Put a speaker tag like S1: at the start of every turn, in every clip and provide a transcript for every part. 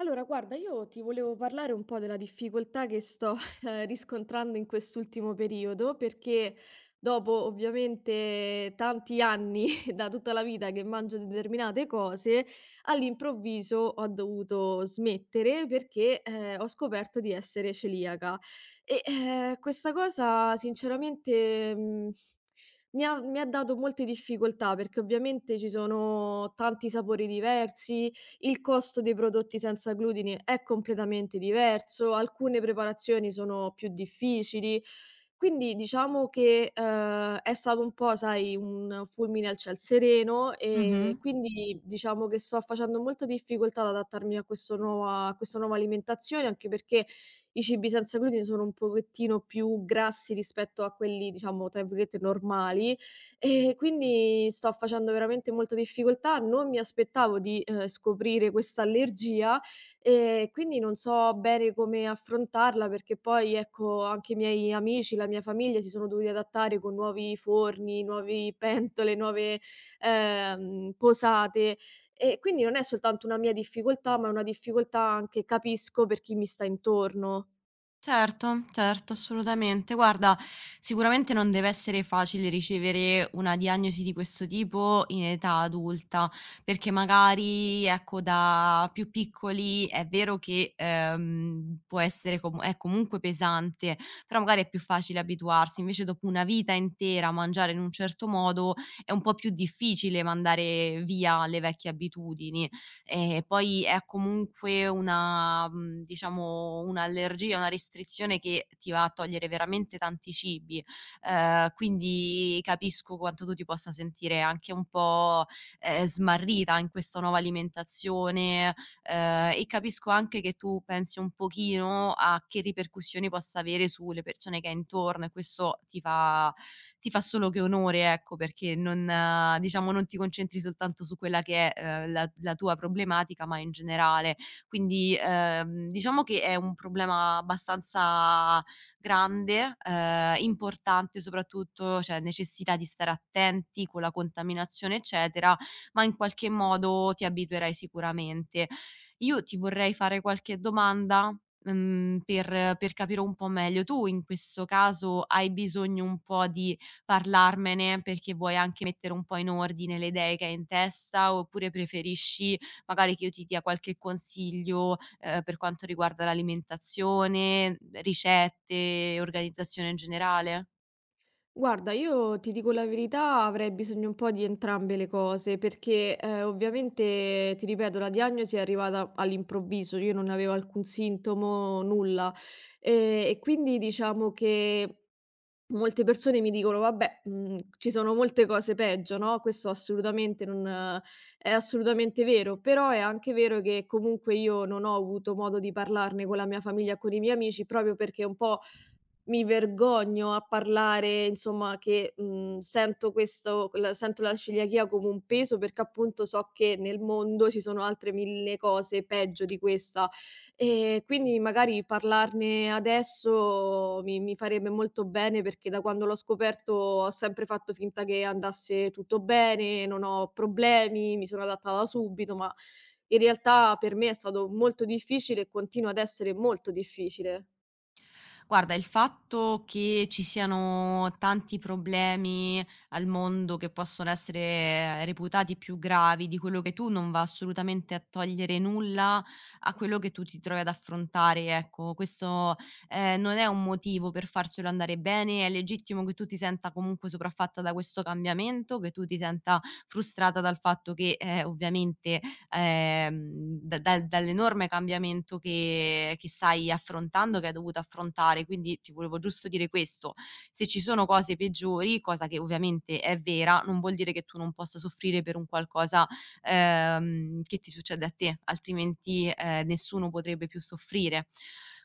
S1: Allora, guarda, io ti volevo parlare un po' della difficoltà che sto riscontrando in quest'ultimo periodo, perché dopo ovviamente tanti anni da tutta la vita che mangio determinate cose, all'improvviso ho dovuto smettere perché ho scoperto di essere celiaca. Questa cosa, sinceramente, mi ha dato molte difficoltà perché ovviamente ci sono tanti sapori diversi, il costo dei prodotti senza glutine è completamente diverso, alcune preparazioni sono più difficili. Quindi diciamo che, è stato un po', sai, un fulmine a ciel sereno, e
S2: Mh-mh.
S1: quindi diciamo che sto facendo molta difficoltà ad adattarmi a questo nuova a questa nuova alimentazione, anche perché i cibi senza glutine sono un pochettino più grassi rispetto a quelli, diciamo, tra virgolette "normali". E quindi sto facendo veramente molta difficoltà, non mi aspettavo di, scoprire questa allergia e quindi non so bene come affrontarla, perché poi, ecco, anche i miei amici, la mia famiglia si sono dovuti adattare con nuovi forni, nuovi pentole, nuove, posate, e quindi non è soltanto una mia difficoltà, ma è una difficoltà anche capisco per chi mi sta intorno.
S2: Certo, certo, assolutamente. Guarda, sicuramente non deve essere facile ricevere una diagnosi di questo tipo in età adulta, perché magari, ecco, da più piccoli è vero che, può essere comu è comunque pesante, però magari è più facile abituarsi, invece dopo una vita intera a mangiare in un certo modo è un po' più difficile mandare via le vecchie abitudini. E poi è comunque una diciamo un'allergia, una restrizione che ti va a togliere veramente tanti cibi. Quindi capisco quanto tu ti possa sentire anche un po', smarrita in questa nuova alimentazione, e capisco anche che tu pensi un pochino a che ripercussioni possa avere sulle persone che hai intorno e questo ti fa solo che onore, ecco, perché non diciamo, non ti concentri soltanto su quella che è, la tua problematica, ma in generale. Quindi, diciamo che è un problema abbastanza grande, importante soprattutto, cioè necessità di stare attenti con la contaminazione, eccetera, ma in qualche modo ti abituerai sicuramente. Io ti vorrei fare qualche domanda, per capire un po' meglio. Tu in questo caso hai bisogno un po' di parlarmene perché vuoi anche mettere un po' in ordine le idee che hai in testa, oppure preferisci magari che io ti dia qualche consiglio, per quanto riguarda l'alimentazione, ricette, organizzazione in generale?
S1: Guarda, io ti dico la verità, avrei bisogno un po' di entrambe le cose, perché ovviamente, ti ripeto, la diagnosi è arrivata all'improvviso, io non avevo alcun sintomo, nulla. E quindi diciamo che molte persone mi dicono, vabbè, ci sono molte cose peggio, no? Questo assolutamente non è assolutamente vero, però è anche vero che comunque io non ho avuto modo di parlarne con la mia famiglia, con i miei amici, proprio perché un po' mi vergogno a parlare, insomma, che, sento questo l sento la celiachia come un peso perché appunto so che nel mondo ci sono altre 1000 cose peggio di questa. E quindi magari parlarne adesso mi farebbe molto bene perché da quando l'ho scoperto ho sempre fatto finta che andasse tutto bene, non ho problemi, mi sono adattata subito, ma in realtà per me è stato molto difficile e continua ad essere molto difficile.
S2: Guarda, il fatto che ci siano tanti problemi al mondo che possono essere reputati più gravi di quello che tu non va assolutamente a togliere nulla a quello che tu ti trovi ad affrontare, ecco. Questo, non è un motivo per farselo andare bene, è legittimo che tu ti senta comunque sopraffatta da questo cambiamento, che tu ti senta frustrata dal fatto che, ovviamente, da dal dall'enorme cambiamento che stai affrontando, che hai dovuto affrontare. Quindi ti volevo giusto dire questo: se ci sono cose peggiori, cosa che ovviamente è vera, non vuol dire che tu non possa soffrire per un qualcosa, che ti succede a te, altrimenti, nessuno potrebbe più soffrire.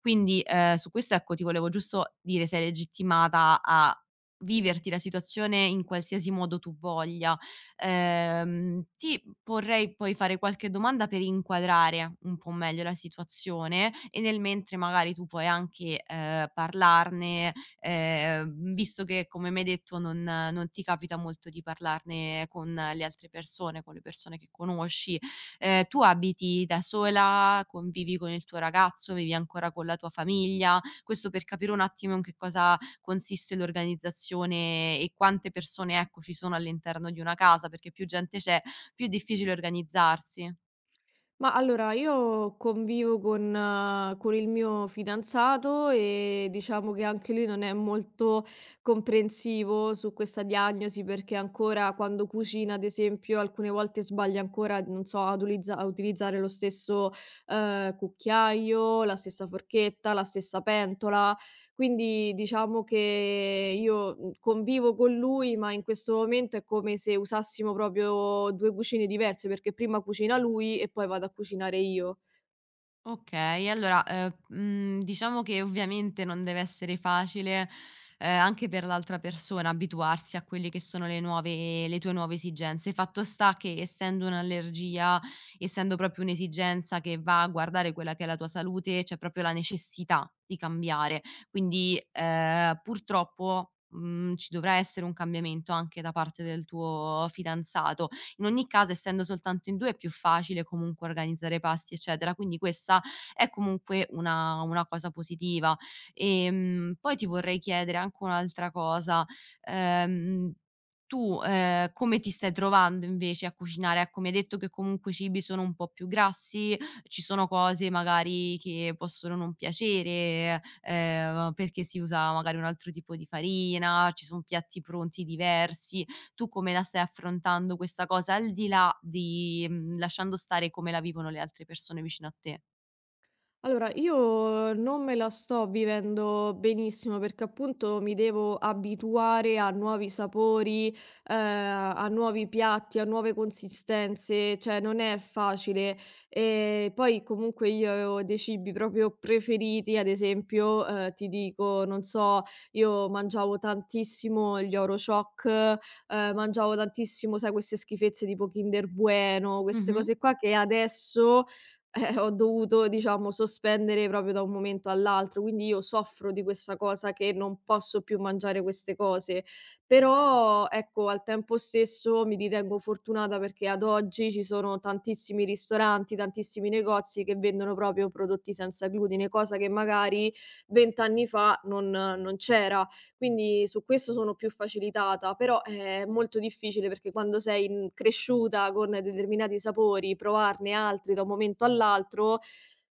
S2: Quindi, su questo, ecco, ti volevo giusto dire sei legittimata a viverti la situazione in qualsiasi modo tu voglia. Ti vorrei poi fare qualche domanda per inquadrare un po' meglio la situazione e nel mentre magari tu puoi anche, parlarne, visto che come mi hai detto non ti capita molto di parlarne con le altre persone, con le persone che conosci. Tu abiti da sola? Convivi con il tuo ragazzo? Vivi ancora con la tua famiglia? Questo per capire un attimo in che cosa consiste l'organizzazione e quante persone, ecco, ci sono all'interno di una casa, perché più gente c'è, più è difficile organizzarsi.
S1: Ma allora io convivo con il mio fidanzato e diciamo che anche lui non è molto comprensivo su questa diagnosi, perché ancora quando cucina, ad esempio, alcune volte sbaglia ancora, non so, a utilizzare lo stesso cucchiaio, la stessa forchetta, la stessa pentola. Quindi diciamo che io, convivo con lui, ma in questo momento è come se usassimo proprio 2 cucine diverse, perché prima cucina lui e poi vado a cucinare io.
S2: Okay, allora, diciamo che ovviamente non deve essere facile, anche per l'altra persona abituarsi a quelle che sono le tue nuove esigenze. Fatto sta che essendo un'allergia, essendo proprio un'esigenza che va a guardare quella che è la tua salute, c'è proprio la necessità di cambiare. Quindi, purtroppo, ci dovrà essere un cambiamento anche da parte del tuo fidanzato. In ogni caso, essendo soltanto in 2 è più facile comunque organizzare pasti, eccetera, quindi questa è comunque una cosa positiva. Poi ti vorrei chiedere anche un'altra cosa: ehm, tu, come ti stai trovando invece a cucinare? Ecco, mi hai detto che comunque i cibi sono un po' più grassi, ci sono cose magari che possono non piacere, perché si usa magari un altro tipo di farina, ci son piatti pronti diversi. Tu come la stai affrontando questa cosa, al di là di lasciando stare come la vivono le altre persone vicino a te?
S1: Allora, io non me la sto vivendo benissimo perché appunto mi devo abituare a nuovi sapori, a nuovi piatti, a nuove consistenze, cioè non è facile. E poi comunque io ho dei cibi proprio preferiti, ad esempio, ti dico, non so, io mangiavo tantissimo gli Oro Choc, mangiavo tantissimo, sai, queste schifezze tipo Kinder Bueno, queste
S2: Mh-mh.
S1: cose qua che adesso ho dovuto diciamo sospendere proprio da un momento all'altro, quindi io soffro di questa cosa che non posso più mangiare queste cose. Però ecco, al tempo stesso mi ritengo fortunata perché ad oggi ci sono tantissimi ristoranti, tantissimi negozi che vendono proprio prodotti senza glutine, cosa che magari 20 anni fa non c'era. Quindi su questo sono più facilitata, però è molto difficile perché quando sei, cresciuta con determinati sapori, provarne altri da un momento all'altro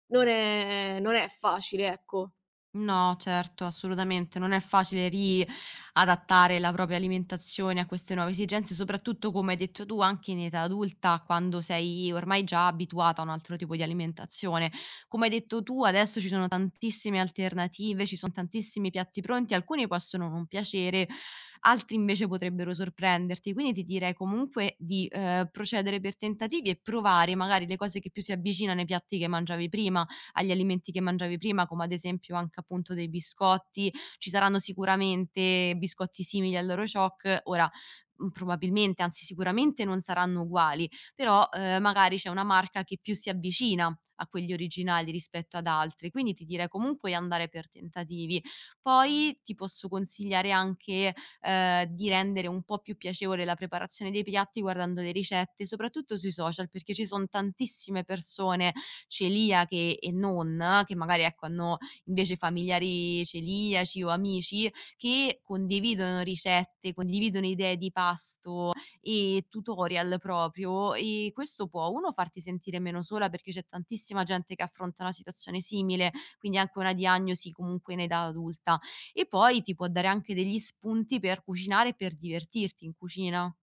S1: non è facile, ecco.
S2: No, certo, assolutamente. Non è facile riadattare la propria alimentazione a queste nuove esigenze, soprattutto, come hai detto tu, anche in età adulta, quando sei ormai già abituata a un altro tipo di alimentazione. Come hai detto tu, adesso ci sono tantissime alternative, ci son tantissimi piatti pronti, alcuni possono non piacere, altri invece potrebbero sorprenderti. Quindi ti direi comunque di, procedere per tentativi e provare magari le cose che più si avvicinano ai piatti che mangiavi prima, agli alimenti che mangiavi prima, come ad esempio anche appunto dei biscotti. Ci saranno sicuramente biscotti simili all'Orociocc. Ora, probabilmente, anzi sicuramente non saranno uguali, però, magari c'è una marca che più si avvicina a quegli originali rispetto ad altri, quindi ti direi comunque di andare per tentativi. Poi ti posso consigliare anche, di rendere un po' più piacevole la preparazione dei piatti guardando le ricette, soprattutto sui social, perché ci son tantissime persone celiache e non, che magari ecco hanno invece familiari celiaci o amici, che condividono ricette, condividono idee di pasto e tutorial proprio, e questo può, 1, farti sentire meno sola perché c'è tantissima gente che affronta una situazione simile, quindi anche una diagnosi comunque in età adulta, e poi ti può dare anche degli spunti per cucinare e per divertirti in cucina.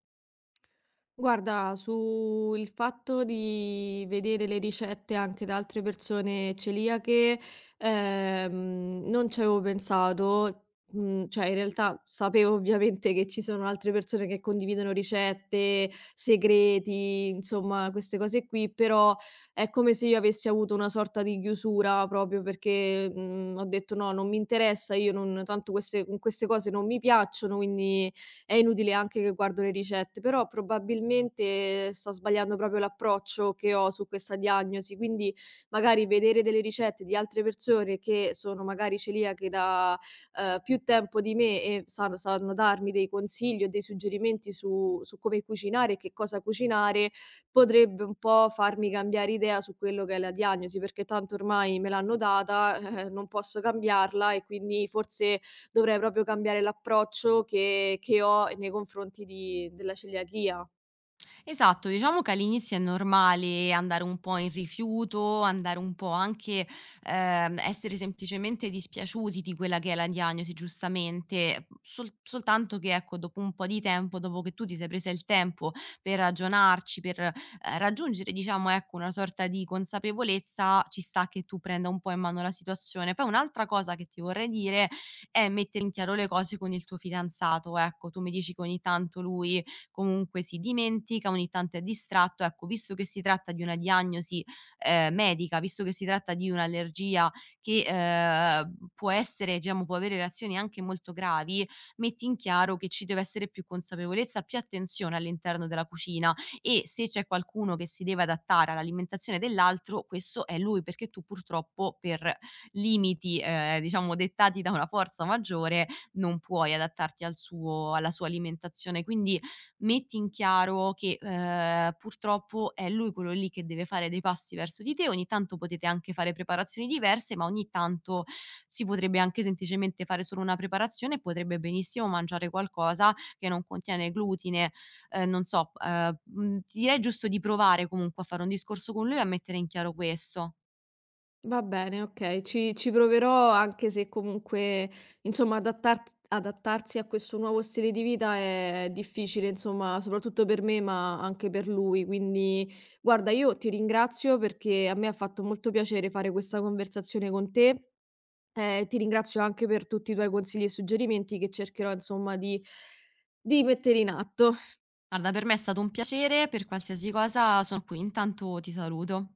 S1: Guarda, sul fatto di vedere le ricette anche da altre persone celiache, non ci avevo pensato. Cioè in realtà sapevo ovviamente che ci sono altre persone che condividono ricette, segreti, insomma queste cose qui, però è come se io avessi avuto una sorta di chiusura proprio perché, ho detto: "No, non mi interessa, io non tanto queste cose non mi piacciono, quindi è inutile anche che guardo le ricette, però probabilmente sto sbagliando proprio l'approccio che ho su questa diagnosi, quindi magari vedere delle ricette di altre persone che sono magari celiache da, più tempo di me e sanno darmi dei consigli o dei suggerimenti su come cucinare e che cosa cucinare, potrebbe un po' farmi cambiare idea su quello che è la diagnosi, perché tanto ormai me l'hanno data, non posso cambiarla e quindi forse dovrei proprio cambiare l'approccio che ho nei confronti di della celiachia.
S2: Esatto, diciamo che all'inizio è normale andare un po' in rifiuto, andare un po' anche essere semplicemente dispiaciuti di quella che è la diagnosi, giustamente, soltanto che ecco, dopo un po' di tempo, dopo che tu ti sei presa il tempo per ragionarci, per raggiungere, diciamo, ecco, una sorta di consapevolezza, ci sta che tu prenda un po' in mano la situazione. Poi un'altra cosa che ti vorrei dire è mettere in chiaro le cose con il tuo fidanzato, ecco, tu mi dici che ogni tanto lui comunque si dimentica, ogni tanto è distratto. Ecco, visto che si tratta di una diagnosi, medica, visto che si tratta di un'allergia che, può essere diciamo, può avere reazioni anche molto gravi, metti in chiaro che ci deve essere più consapevolezza, più attenzione all'interno della cucina, e se c'è qualcuno che si deve adattare all'alimentazione dell'altro, questo è lui, perché tu purtroppo per limiti, diciamo dettati da una forza maggiore non puoi adattarti al suo alla sua alimentazione. Quindi metti in chiaro che, purtroppo è lui quello lì che deve fare dei passi verso di te, ogni tanto potete anche fare preparazioni diverse, ma ogni tanto si potrebbe anche semplicemente fare solo una preparazione e potrebbe benissimo mangiare qualcosa che non contiene glutine. Non so, mhmm, Ti direi giusto di provare comunque a fare un discorso con lui e a mettere in chiaro questo.
S1: Va bene, okay. Ci proverò anche se comunque, insomma, adattart adattarsi a questo nuovo stile di vita è difficile, insomma, soprattutto per me, ma anche per lui. Quindi guarda, io ti ringrazio perché a me ha fatto molto piacere fare questa conversazione con te. Ti ringrazio anche per tutti i tuoi consigli e suggerimenti che cercherò, insomma, di mettere in atto.
S2: Guarda, per me è stato un piacere, per qualsiasi cosa sono qui. Intanto ti saluto.